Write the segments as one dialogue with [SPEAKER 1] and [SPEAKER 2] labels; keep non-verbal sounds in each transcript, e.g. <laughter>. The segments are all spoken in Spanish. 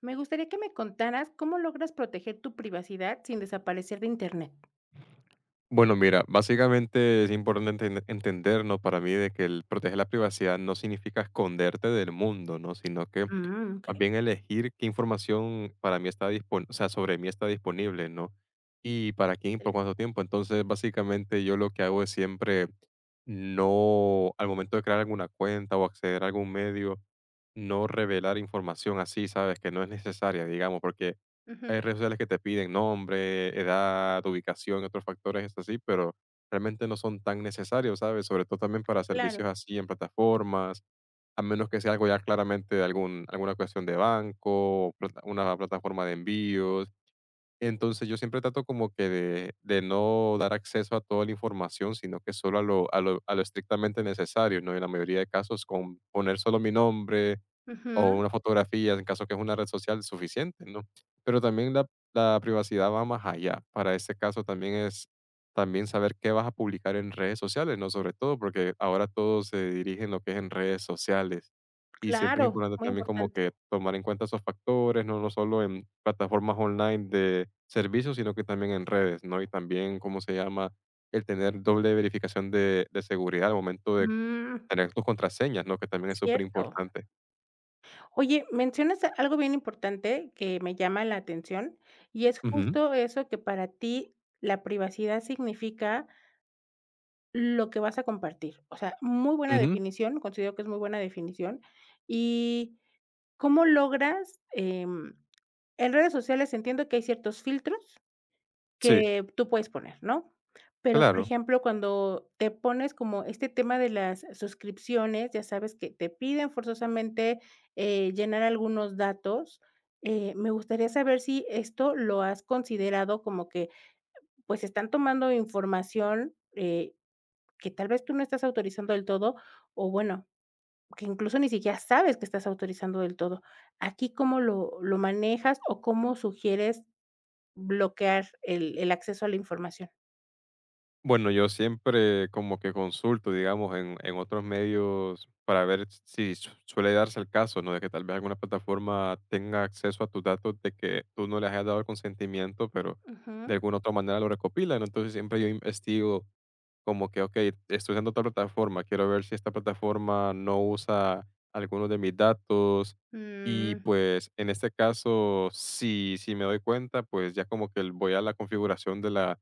[SPEAKER 1] Me gustaría que me contaras cómo logras proteger tu privacidad sin desaparecer de Internet.
[SPEAKER 2] Bueno, mira, básicamente es importante entendernos para mí de que el proteger la privacidad no significa esconderte del mundo, ¿no? Sino que
[SPEAKER 1] Mm,
[SPEAKER 2] más
[SPEAKER 1] okey,
[SPEAKER 2] bien elegir qué información para mí está disponible, o sea, sobre mí está disponible, ¿no? Y para quién y por
[SPEAKER 1] excelente.
[SPEAKER 2] cuánto tiempo. Entonces, básicamente yo lo que hago es siempre no, al momento de crear alguna cuenta o acceder a algún medio, no revelar información así, ¿sabes? Que no es necesaria, digamos, porque
[SPEAKER 1] Ujú,
[SPEAKER 2] hay redes sociales que te piden nombre, edad, ubicación, otros factores así, pero realmente no son tan necesarios, ¿sabes? Sobre todo también para
[SPEAKER 1] claro.
[SPEAKER 2] servicios así en plataformas, a menos que sea algo ya claramente de algún, alguna cuestión de banco, o una plataforma de envíos. Entonces yo siempre trato como que de no dar acceso a toda la información, sino que solo a lo, a lo, a lo estrictamente necesario, ¿no? En la mayoría de casos con poner solo mi nombre, o
[SPEAKER 1] Ujú,
[SPEAKER 2] una fotografía, en caso que es una red social, suficiente, ¿no? Pero también la privacidad va más allá. Para este caso también es también saber qué vas a publicar en redes sociales, ¿no? Sobre todo, porque ahora todo se dirige en lo que es en redes sociales. Y siempre es
[SPEAKER 1] claro,
[SPEAKER 2] importante
[SPEAKER 1] muy
[SPEAKER 2] también como
[SPEAKER 1] importante.
[SPEAKER 2] que tomar en cuenta esos factores, no solo en plataformas online de servicios, sino que también en redes, ¿no? Y también, ¿cómo se llama? El tener doble verificación de seguridad al momento de
[SPEAKER 1] Mm,
[SPEAKER 2] tener tus contraseñas, ¿no? Que también es
[SPEAKER 1] cierto.
[SPEAKER 2] superimportante.
[SPEAKER 1] Oye, algo bien importante que me llama la atención, y es
[SPEAKER 2] Importante.
[SPEAKER 1] justo eso, que para ti la privacidad significa lo que vas a compartir. O sea, muy buena
[SPEAKER 2] Ujú,
[SPEAKER 1] definición, considero que es muy buena definición. Y ¿cómo logras, en redes sociales, entiendo que hay ciertos filtros
[SPEAKER 2] sí,
[SPEAKER 1] que tú puedes poner, ¿no? Pero, por
[SPEAKER 2] claro.
[SPEAKER 1] ejemplo, cuando te pones como este tema de las suscripciones, ya sabes que te piden forzosamente, llenar algunos datos. Me gustaría saber si esto lo has considerado como que, pues, están tomando información, que tal vez tú no estás autorizando del todo, o bueno, que incluso ni siquiera sabes que estás autorizando del todo. Aquí ¿cómo lo manejas o cómo sugieres bloquear el acceso a la información?
[SPEAKER 2] Bueno, yo siempre como que consulto, digamos, en otros medios para ver si suele darse el caso, ¿no? De que tal vez alguna plataforma tenga acceso a tus datos de que tú no les hayas dado el consentimiento, pero de
[SPEAKER 1] Ujú.
[SPEAKER 2] alguna otra manera lo recopilan. Entonces siempre yo investigo. Como que, okey, estoy usando otra plataforma, quiero ver si esta plataforma no usa algunos de mis datos. Y,
[SPEAKER 1] Mm,
[SPEAKER 2] pues, en este caso, si me doy cuenta, pues, ya como que el voy a la configuración de la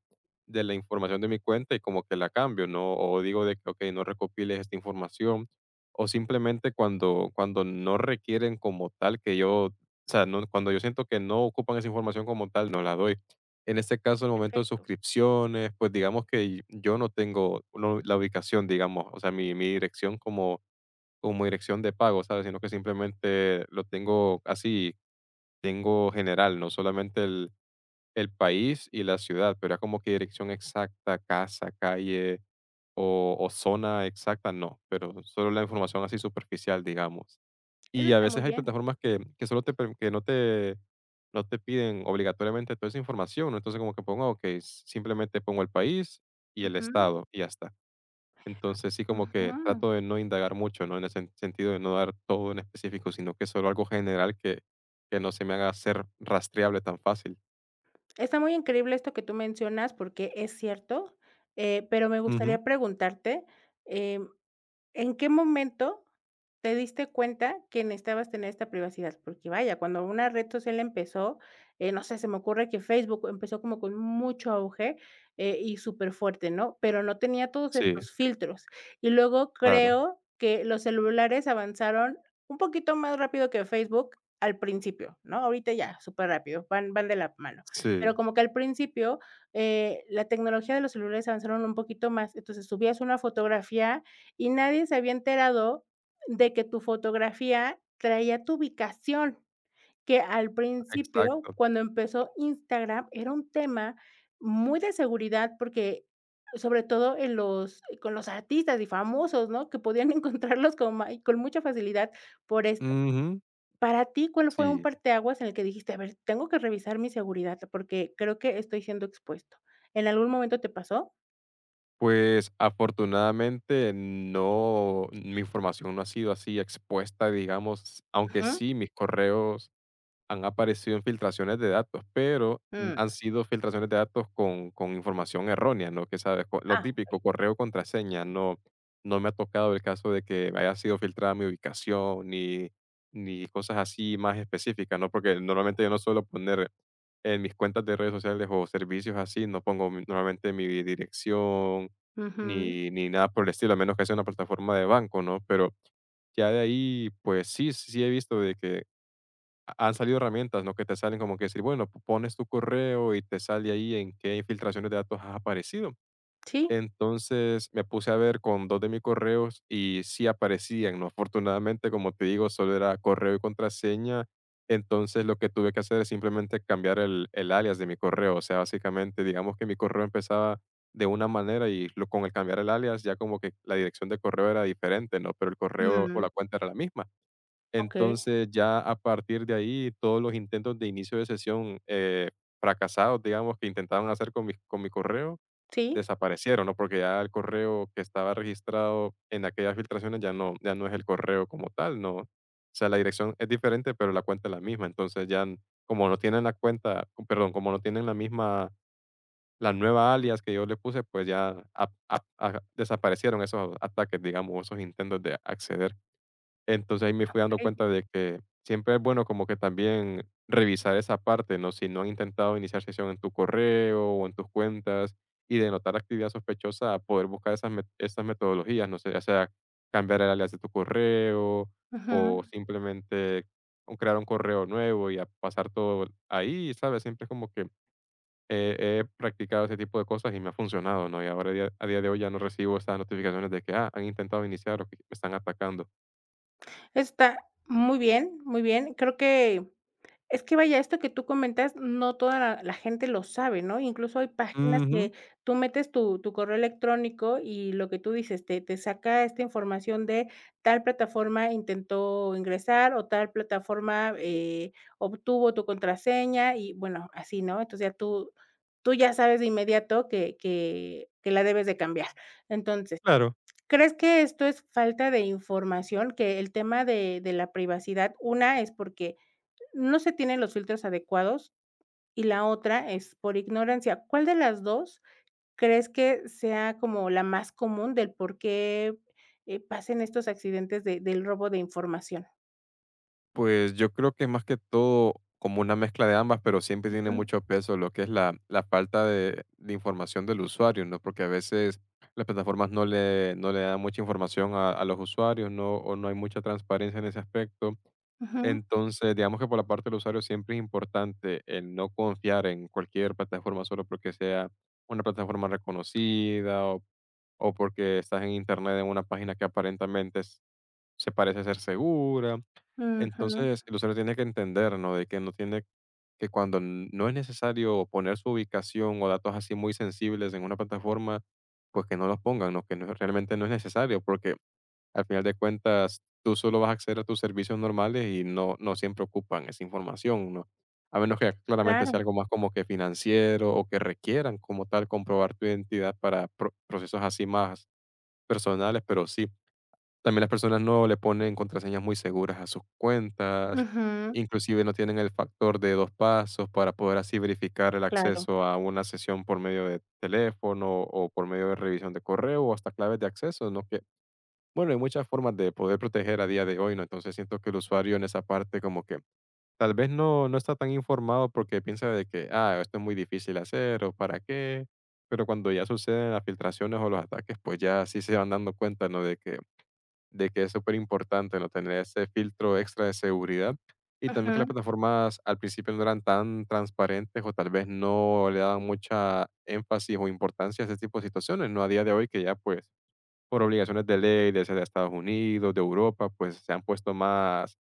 [SPEAKER 2] de la información de mi cuenta y como que la cambio, ¿no? O digo de que: "Okey, no recopiles esta información", o simplemente cuando no requieren como tal que yo o sea, no cuando yo siento que no ocupan esa información como tal, no la doy. En este caso, en el momento de
[SPEAKER 1] perfecto.
[SPEAKER 2] suscripciones, pues digamos que yo no tengo no, la ubicación, digamos, o sea, mi dirección como, como dirección de pago, ¿sabes? Sino que simplemente lo tengo así, tengo general, no solamente el país y la ciudad, pero es como que dirección exacta, casa, calle o zona exacta, no, pero solo la información así superficial, digamos.
[SPEAKER 1] Eso
[SPEAKER 2] Y a
[SPEAKER 1] está
[SPEAKER 2] veces
[SPEAKER 1] muy
[SPEAKER 2] hay
[SPEAKER 1] bien.
[SPEAKER 2] plataformas que solo te per que no te piden obligatoriamente toda esa información, ¿no? Entonces, como que pongo, okey, simplemente pongo el país y el
[SPEAKER 1] Ujú,
[SPEAKER 2] estado, y ya está. Entonces, sí como que
[SPEAKER 1] ujú.
[SPEAKER 2] trato de no indagar mucho, ¿no? En el sentido de no dar todo en específico, sino que solo algo general que no se me haga ser rastreable tan fácil.
[SPEAKER 1] Está muy increíble esto que tú mencionas, porque es cierto, pero me
[SPEAKER 2] Ujú.
[SPEAKER 1] gustaría preguntarte, em ¿en qué momento te diste cuenta que necesitabas tener esta privacidad? Porque vaya, cuando una red social empezó, no sé, se me ocurre que Facebook empezó como con mucho auge, y súper fuerte, ¿no? Pero no tenía todos
[SPEAKER 2] Sí,
[SPEAKER 1] estos filtros. Y luego
[SPEAKER 2] claro.
[SPEAKER 1] creo que los celulares avanzaron un poquito más rápido que Facebook al principio, ¿no? Ahorita ya, súper rápido, van de la mano.
[SPEAKER 2] Sí,
[SPEAKER 1] Pero como que al principio la tecnología de los celulares avanzaron un poquito más. Entonces subías una fotografía y nadie se había enterado de que tu fotografía traía tu ubicación, que al principio,
[SPEAKER 2] exacto.
[SPEAKER 1] cuando empezó Instagram, era un tema muy de seguridad porque, sobre todo en los con los artistas y famosos, ¿no?, que podían <laughs> encontrarlos con mucha facilidad por esto.
[SPEAKER 2] Ujú.
[SPEAKER 1] Para ti, ¿cuál fue un
[SPEAKER 2] Sí.
[SPEAKER 1] parteaguas en el que dijiste: "A ver, tengo que revisar mi seguridad porque creo que estoy siendo expuesto"? ¿En algún momento te pasó?
[SPEAKER 2] Pues afortunadamente no, mi información no ha sido así expuesta, digamos, aunque
[SPEAKER 1] Ujú,
[SPEAKER 2] sí mis correos han aparecido infiltraciones de datos, pero
[SPEAKER 1] mm.
[SPEAKER 2] han sido filtraciones de datos con información errónea, ¿no? Que sabes, lo
[SPEAKER 1] Ah,
[SPEAKER 2] típico,
[SPEAKER 1] okey.
[SPEAKER 2] correo, contraseña, no, no me ha tocado el caso de que haya sido filtrada mi ubicación ni, ni cosas así más específicas, ¿no? Porque normalmente yo no suelo poner en mis cuentas de redes sociales o servicios así, no pongo normalmente mi dirección
[SPEAKER 1] Ujú.
[SPEAKER 2] ni, ni nada por el estilo, a menos que sea una plataforma de banco, ¿no? Pero ya de ahí, pues sí, sí he visto de que ha han salido herramientas, ¿no? Que te salen como que decir, bueno, p pones tu correo y te sale ahí en qué filtraciones de datos has aparecido.
[SPEAKER 1] Sí.
[SPEAKER 2] Entonces, me puse a ver con 2 de mis correos y sí aparecían, ¿no? Afortunadamente, como te digo, solo era correo y contraseña. Entonces, lo que tuve que hacer es simplemente cambiar el alias de mi correo. O sea, básicamente, digamos que mi correo empezaba de una manera y lo con el cambiar el alias ya como que la dirección de correo era diferente, ¿no? Pero el correo o
[SPEAKER 1] Mm.
[SPEAKER 2] la cuenta era la misma.
[SPEAKER 1] Okey,
[SPEAKER 2] Entonces, ya a partir de ahí, todos los intentos de inicio de sesión, fracasados, digamos, que intentaban hacer con mi correo,
[SPEAKER 1] sí,
[SPEAKER 2] desaparecieron, ¿no? Porque ya el correo que estaba registrado en aquellas filtraciones ya no es el correo como tal, no. O sea, la dirección es diferente, pero la cuenta es la misma. Entonces, ya como no tienen la cuenta, perdón, como no tienen la misma la nueva alias que yo le puse, pues ya ap ap a desaparecieron esos ataques, digamos, esos intentos de acceder. Entonces, ahí me fui dando
[SPEAKER 1] okey,
[SPEAKER 2] cuenta de que siempre es bueno como que también revisar esa parte, ¿no? Si no han intentado iniciar sesión en tu correo o en tus cuentas y de notar actividad sospechosa, poder buscar esas, esas metodologías, no sé, ya sea cambiar el alias de tu correo
[SPEAKER 1] ujú.
[SPEAKER 2] o simplemente o crear un correo nuevo y a pasar todo ahí, ¿sabes? Siempre es como que he practicado ese tipo de cosas y me ha funcionado, ¿no? Y ahora a día de hoy ya no recibo esas notificaciones de que, ah, han intentado iniciar o que me están atacando.
[SPEAKER 1] Está muy bien, muy bien. Creo que es que vaya, esto que tú comentas, no toda la gente lo sabe, ¿no? Incluso hay páginas
[SPEAKER 2] Ujú.
[SPEAKER 1] que tú metes tu correo electrónico y lo que tú dices, te saca esta información de tal plataforma intentó ingresar o tal plataforma, obtuvo tu contraseña y bueno, así, ¿no? Entonces ya tú ya sabes de inmediato que la debes de cambiar. Entonces
[SPEAKER 2] Claro,
[SPEAKER 1] ¿crees que esto es falta de información? Que el tema de la privacidad, una es porque no se tienen los filtros adecuados y la otra es por ignorancia. ¿Cuál de las 2 crees que sea como la más común del por qué, pasen estos accidentes de del robo de información?
[SPEAKER 2] pues yo creo que más que todo como una mezcla de ambas, pero siempre tiene
[SPEAKER 1] Ujú,
[SPEAKER 2] mucho peso lo que es la falta de información del usuario, ¿no? Porque a veces las plataformas no le dan mucha información a los usuarios, ¿no? O no hay mucha transparencia en ese aspecto.
[SPEAKER 1] ujú,
[SPEAKER 2] Entonces, digamos que por la parte del usuario siempre es importante el no confiar en cualquier plataforma solo porque sea una plataforma reconocida o porque estás en internet en una página que aparentemente se parece ser segura.
[SPEAKER 1] ujú,
[SPEAKER 2] Entonces, el usuario tiene que entender, ¿no? De que no tiene que cuando no es necesario poner su ubicación o datos así muy sensibles en una plataforma, pues que no los pongan, ¿no? Que realmente no es necesario, porque al final de cuentas tú solo vas a acceder a tus servicios normales y no, no siempre ocupan esa información, ¿no? A menos que claramente
[SPEAKER 1] claro,
[SPEAKER 2] sea algo más como que financiero o que requieran como tal comprobar tu identidad para procesos así más personales, pero sí. También las personas no le ponen contraseñas muy seguras a sus cuentas,
[SPEAKER 1] ujú,
[SPEAKER 2] inclusive no tienen el factor de 2 pasos para poder así verificar el
[SPEAKER 1] claro.
[SPEAKER 2] acceso a una sesión por medio de teléfono o por medio de revisión de correo o hasta claves de acceso, ¿no? Que, bueno, hay muchas formas de poder proteger a día de hoy, ¿no? Entonces siento que el usuario en esa parte como que tal vez no, no está tan informado porque piensa de que, ah, esto es muy difícil hacer o para qué, pero cuando ya suceden las filtraciones o los ataques, pues ya sí se van dando cuenta, ¿no? De que es súper importante, ¿no? Tener ese filtro extra de seguridad y también que las plataformas al principio no eran tan transparentes o tal vez no le daban mucha énfasis o importancia a ese tipo de situaciones, ¿no? A día de hoy que ya pues por obligaciones de ley, de ser de Estados Unidos, de Europa, pues se han puesto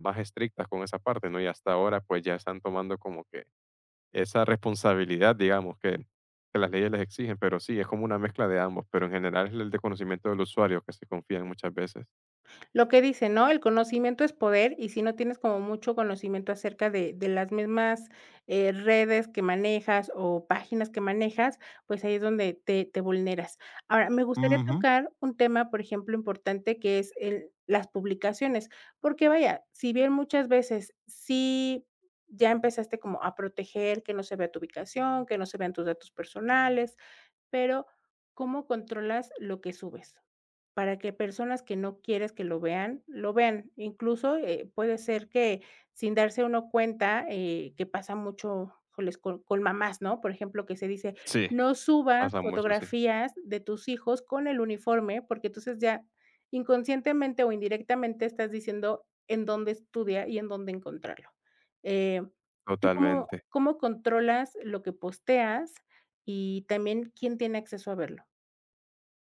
[SPEAKER 2] más estrictas con esa parte, ¿no? Y hasta ahora pues ya están tomando como que esa responsabilidad, digamos, que las leyes les exigen, pero sí, es como una mezcla de ambos, pero en general es el desconocimiento del usuario que se confían muchas veces.
[SPEAKER 1] Lo que dice, ¿no? El conocimiento es poder, y si no tienes como mucho conocimiento acerca de las mismas, redes que manejas o páginas que manejas, pues ahí es donde te vulneras. Ahora, me gustaría
[SPEAKER 2] Ujú.
[SPEAKER 1] tocar un tema, por ejemplo, importante, que es el las publicaciones, porque vaya, si bien muchas veces sí ya empezaste como a proteger que no se vea tu ubicación, que no se vean tus datos personales, pero ¿cómo controlas lo que subes? Para que personas que no quieres que lo vean, lo vean. Incluso, puede ser que sin darse uno cuenta, que pasa mucho, híjoles, con mamás, ¿no? Por ejemplo, que se dice:
[SPEAKER 2] Sí,
[SPEAKER 1] "No subas
[SPEAKER 2] pasa mucho, sí,
[SPEAKER 1] fotografías de tus hijos con el uniforme", porque entonces ya inconscientemente o indirectamente estás diciendo en dónde estudia y en dónde encontrarlo. Eh, ¿Tú cómo
[SPEAKER 2] totalmente.
[SPEAKER 1] controlas lo que posteas y también ¿quién tiene acceso a verlo?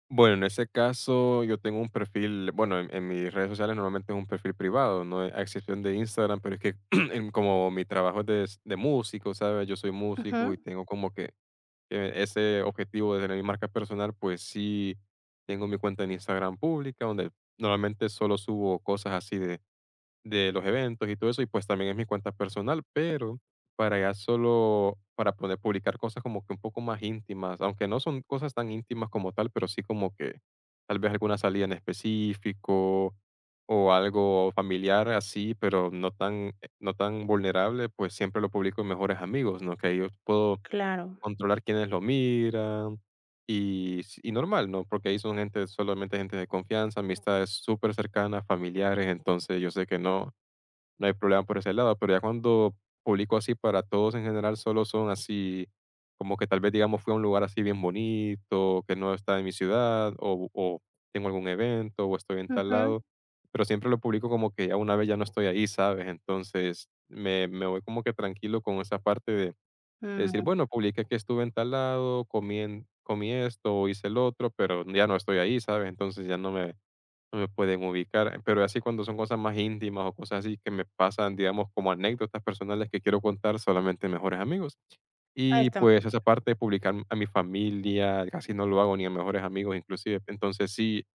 [SPEAKER 2] Bueno, en ese caso, yo tengo un perfil, bueno, en mis redes sociales normalmente es un perfil privado, no es- a excepción de Instagram, pero es que <clears throat> como mi trabajo es de, de músico, ¿sabes? Yo soy músico
[SPEAKER 1] Ujú.
[SPEAKER 2] y tengo como que ese objetivo de tener mi marca personal, pues sí, tengo mi cuenta en Instagram pública, donde normalmente solo subo cosas así de los eventos y todo eso, y pues también es mi cuenta personal, pero para ya solo, para poder publicar cosas como que un poco más íntimas, aunque no son cosas tan íntimas como tal, pero sí como que tal vez alguna salida en específico o algo familiar así, pero no tan, no tan vulnerable, pues siempre lo publico en mejores amigos, ¿no? Que ahí yo puedo
[SPEAKER 1] Claro.
[SPEAKER 2] controlar quiénes lo miran y, y normal, ¿no? Porque ahí son gente, solamente gente de confianza, amistades súper cercanas, familiares, entonces yo sé que no, no hay problema por ese lado, pero ya cuando publico así para todos en general, solo son así, como que tal vez, digamos, fui a un lugar así bien bonito, que no está en mi ciudad, o tengo algún evento, o estoy en tal
[SPEAKER 1] Ujú.
[SPEAKER 2] lado, pero siempre lo publico como que ya una vez ya no estoy ahí, ¿sabes? Entonces me voy como que tranquilo con esa parte de decir,
[SPEAKER 1] Mm,
[SPEAKER 2] bueno, publiqué que estuve en tal lado, comí, comí esto, o hice el otro, pero ya no estoy ahí, ¿sabes? Entonces no me pueden ubicar. Pero así cuando son cosas más íntimas o cosas así que me pasan, digamos, como anécdotas personales que quiero contar solamente a mejores amigos.
[SPEAKER 1] ahí
[SPEAKER 2] Y
[SPEAKER 1] está.
[SPEAKER 2] pues esa parte de publicar a mi familia, casi no lo hago ni a mejores amigos inclusive. Entonces sí,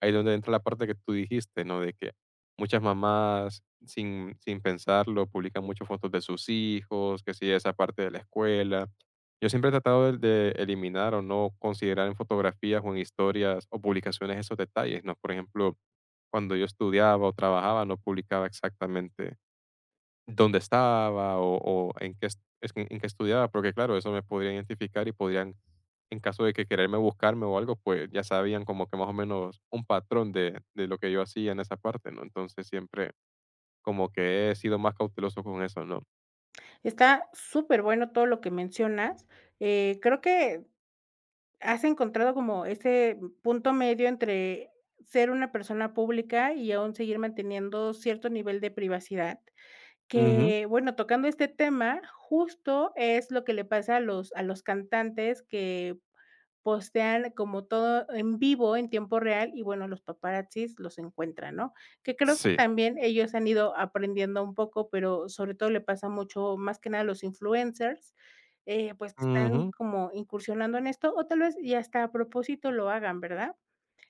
[SPEAKER 2] ahí es donde entra la parte que tú dijiste, ¿no? De que muchas mamás sin pensarlo publican muchas fotos de sus hijos, que sí, esa parte de la escuela. Yo siempre he tratado de eliminar o no considerar en fotografías o en historias o publicaciones esos detalles, ¿no? Por ejemplo, cuando yo estudiaba o trabajaba no publicaba exactamente dónde estaba o en, qué, en qué estudiaba, porque claro, eso me podría identificar y podrían, en caso de que quererme buscarme o algo, pues ya sabían como que más o menos un patrón de lo que yo hacía en esa parte, ¿no? Entonces siempre como que he sido más cauteloso con eso, ¿no?
[SPEAKER 1] Está súper bueno todo lo que mencionas. Creo que has encontrado como ese punto medio entre ser una persona pública y aún seguir manteniendo cierto nivel de privacidad,
[SPEAKER 2] Ujú.
[SPEAKER 1] que, bueno, tocando este tema, justo es lo que le pasa a los cantantes que postean como todo en vivo, en tiempo real, y bueno, los paparazzis los encuentran, ¿no? Que creo que
[SPEAKER 2] Sí.
[SPEAKER 1] también ellos han ido aprendiendo un poco, pero sobre todo le pasa mucho, más que nada a los influencers, pues que están
[SPEAKER 2] Ujú.
[SPEAKER 1] como incursionando en esto, o tal vez y hasta a propósito lo hagan, ¿verdad?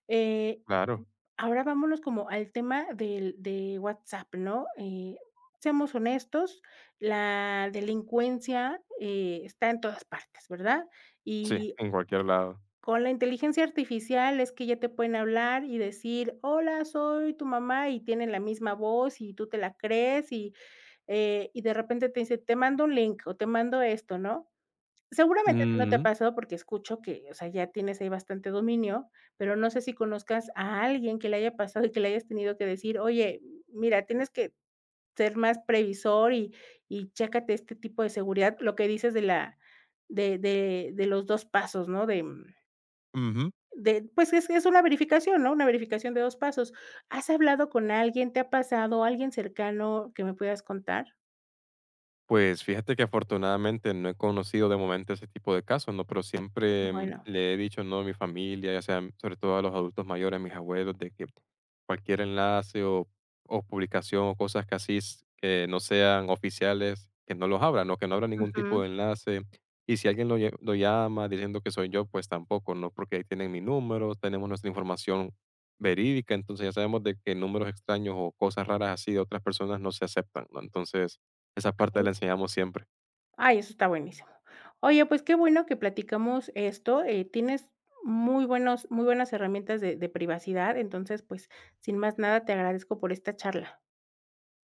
[SPEAKER 1] Eh,
[SPEAKER 2] Claro.
[SPEAKER 1] Ahora vámonos como al tema del de WhatsApp, ¿no? Seamos honestos, la delincuencia, está en todas partes, ¿verdad?
[SPEAKER 2] Sí,
[SPEAKER 1] Y
[SPEAKER 2] en cualquier lado.
[SPEAKER 1] con la inteligencia artificial es que ya te pueden hablar y decir: "Hola, soy tu mamá", y tienen la misma voz y tú te la crees y de repente te dice: "Te mando un link o te mando esto", ¿no? Seguramente a ti no te ha
[SPEAKER 2] Ujú,
[SPEAKER 1] pasado porque escucho que, o sea, ya tienes ahí bastante dominio, pero no sé si conozcas a alguien que le haya pasado y que le hayas tenido que decir: "Oye, mira, tienes que ser más previsor y chécate este tipo de seguridad", lo que dices de la de los 2 pasos, ¿no? De,
[SPEAKER 2] ujú.
[SPEAKER 1] de pues, es una verificación, ¿no? Una verificación de 2 pasos. ¿Has hablado con alguien? ¿Te ha pasado? ¿Alguien cercano que me puedas contar?
[SPEAKER 2] Pues fíjate que afortunadamente no he conocido de momento ese tipo de casos, ¿no? Pero siempre
[SPEAKER 1] Bueno.
[SPEAKER 2] le he dicho, ¿no? A mi familia, ya sea sobre todo a los adultos mayores, a mis abuelos, de que cualquier enlace o publicación o cosas que así que no sean oficiales, que no los abran, ¿no? Que no abra ningún tipo
[SPEAKER 1] Ujú.
[SPEAKER 2] de enlace. Y si alguien lo, lo llama diciendo que soy yo, pues tampoco, ¿no? Porque ahí tienen mi número, tenemos nuestra información verídica, entonces ya sabemos de que números extraños o cosas raras así de otras personas no se aceptan, ¿no? Entonces esa parte
[SPEAKER 1] Okey.
[SPEAKER 2] la enseñamos siempre.
[SPEAKER 1] Ay, eso está buenísimo. Oye, pues, qué bueno que platicamos esto, tienes muy buenas herramientas de privacidad, entonces, pues, sin más nada, te agradezco por esta charla.